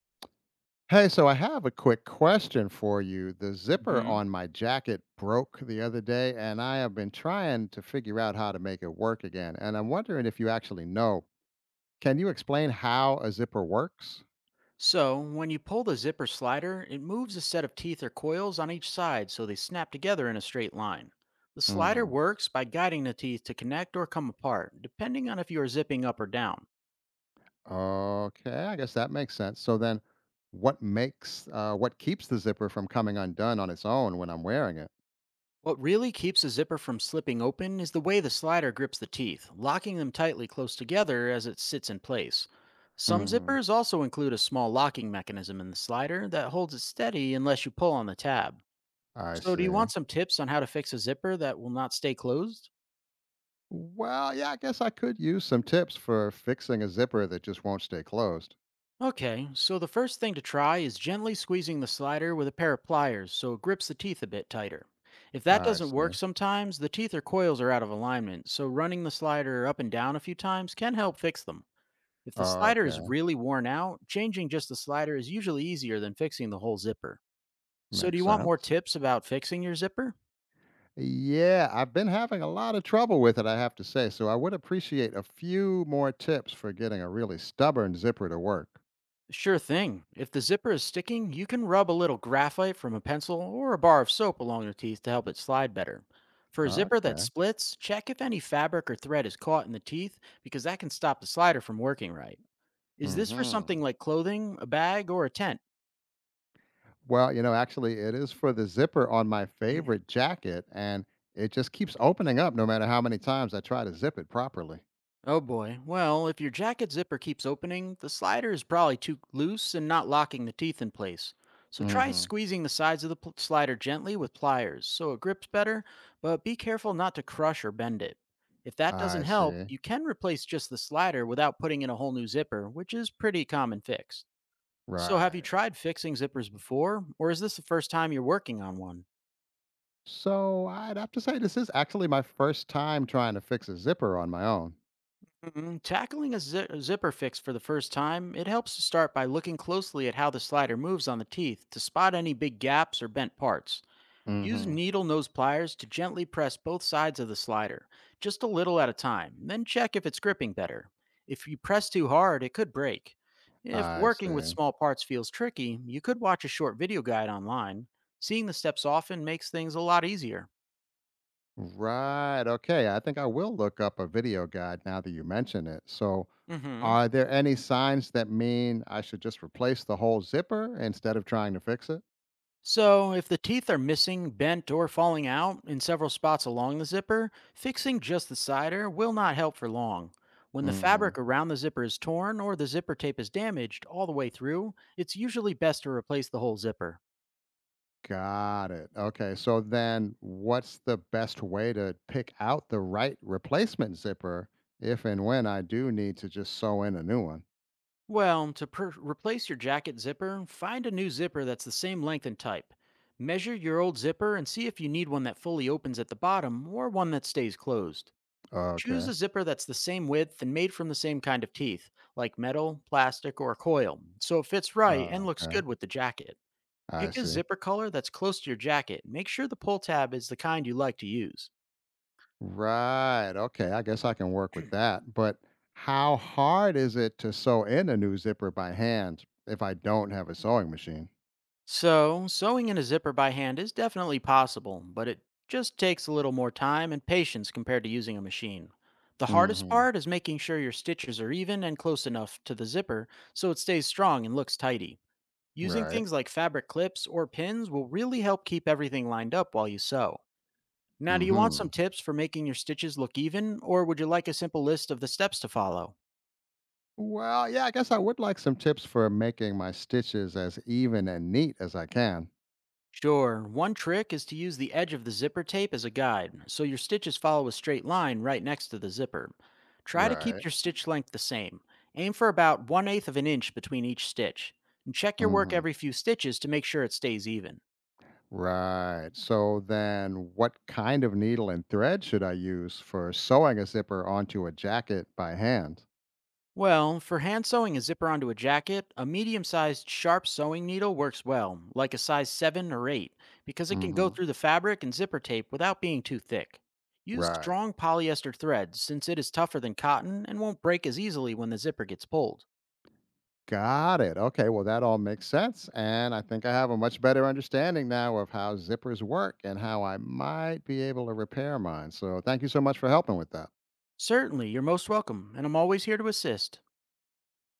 Hey, so I have a quick question for you. The zipper Hmm. on my jacket broke the other day, and I have been trying to figure out how to make it work again. And I'm wondering if you actually know. Can you explain how a zipper works? So, when you pull the zipper slider, it moves a set of teeth or coils on each side so they snap together in a straight line. The slider Hmm. works by guiding the teeth to connect or come apart, depending on if you are zipping up or down. Okay, I guess that makes sense. So then, what keeps the zipper from coming undone on its own when I'm wearing it? What really keeps the zipper from slipping open is the way the slider grips the teeth, locking them tightly close together as it sits in place. Some Hmm. zippers also include a small locking mechanism in the slider that holds it steady unless you pull on the tab. I So, do you see. want some tips on how to fix a zipper that will not stay closed? Well, yeah, I guess I could use some tips for fixing a zipper that just won't stay closed. Okay, so the first thing to try is gently squeezing the slider with a pair of pliers so it grips the teeth a bit tighter. If that I doesn't see. work sometimes, the teeth or coils are out of alignment, so running the slider up and down a few times can help fix them. If the slider is Okay. really worn out, changing just the slider is usually easier than fixing the whole zipper. So, do Makes you want more sense. tips about fixing your zipper? Yeah, I've been having a lot of trouble with it, I have to say. So I would appreciate a few more tips for getting a really stubborn zipper to work. Sure thing. If the zipper is sticking, you can rub a little graphite from a pencil or a bar of soap along your teeth to help it slide better. For a zipper that Okay. splits, check if any fabric or thread is caught in the teeth because that can stop the slider from working right. Is this for Hmm. something like clothing, a bag, or a tent? Well, actually, it is for the zipper on my favorite jacket, and it just keeps opening up no matter how many times I try to zip it properly. Oh boy. Well, if your jacket zipper keeps opening, the slider is probably too loose and not locking the teeth in place. So try Hmm. squeezing the sides of the slider gently with pliers so it grips better, but be careful not to crush or bend it. If that doesn't I help, see. you can replace just the slider without putting in a whole new zipper, which is pretty common fix. So have you Right. tried fixing zippers before, or is this the first time you're working on one? So I'd have to say this is actually my first time trying to fix a zipper on my own. Tackling a zipper fix for the first time, it helps to start by looking closely at how the slider moves on the teeth to spot any big gaps or bent parts. Use Hmm. needle nose pliers to gently press both sides of the slider, just a little at a time, then check if it's gripping better. If you press too hard, it could break. If I working with see. small parts feels tricky, you could watch a short video guide online. Seeing the steps often makes things a lot easier. Right. Okay. I think I will look up a video guide now that you mention it. So, Mm hmm. are there any signs that mean I should just replace the whole zipper instead of trying to fix it? So, if the teeth are missing, bent, or falling out in several spots along the zipper, fixing just the cider will not help for long. When the Hmm. fabric around the zipper is torn or the zipper tape is damaged all the way through, it's usually best to replace the whole zipper. Got it. Okay. So, then what's the best way to pick out the right replacement zipper if and when I do need to just sew in a new one? Well, to replace your jacket zipper, find a new zipper that's the same length and type. Measure your old zipper and see if you need one that fully opens at the bottom or one that stays closed. Choose Okay. a zipper that's the same width and made from the same kind of teeth, like metal, plastic, or coil, so it fits right and looks Okay. good with the jacket. I Pick a see. zipper color that's close to your jacket, and make sure the pull tab is the kind you like to use. Right. Okay. I guess I can work with that. But how hard is it to sew in a new zipper by hand if I don't have a sewing machine? So, sewing in a zipper by hand is definitely possible, but it just takes a little more time and patience compared to using a machine. The hardest Hmm. part is making sure your stitches are even and close enough to the zipper so it stays strong and looks tidy. Using Right. things like fabric clips or pins will really help keep everything lined up while you sew. Now, do you want some Hmm. tips for making your stitches look even, or would you like a simple list of the steps to follow? Well, yeah, I guess I would like some tips for making my stitches as even and neat as I can. Sure, one trick is to use the edge of the zipper tape as a guide, so your stitches follow a straight line right next to the zipper. Try to keep Right. your stitch length the same. Aim for about 1/8 of an inch between each stitch, and check your work Hmm. every few stitches to make sure it stays even. Right. So then what kind of needle and thread should I use for sewing a zipper onto a jacket by hand? Well, for hand sewing a zipper onto a jacket, a medium sized sharp sewing needle works well, like a size 7 or 8, because it can go Hmm. through the fabric and zipper tape without being too thick. Use Right. strong polyester thread since it is tougher than cotton and won't break as easily when the zipper gets pulled. Got it. Okay, well, that all makes sense. And I think I have a much better understanding now of how zippers work and how I might be able to repair mine. So, thank you so much for helping with that. Certainly, you're most welcome, and I'm always here to assist.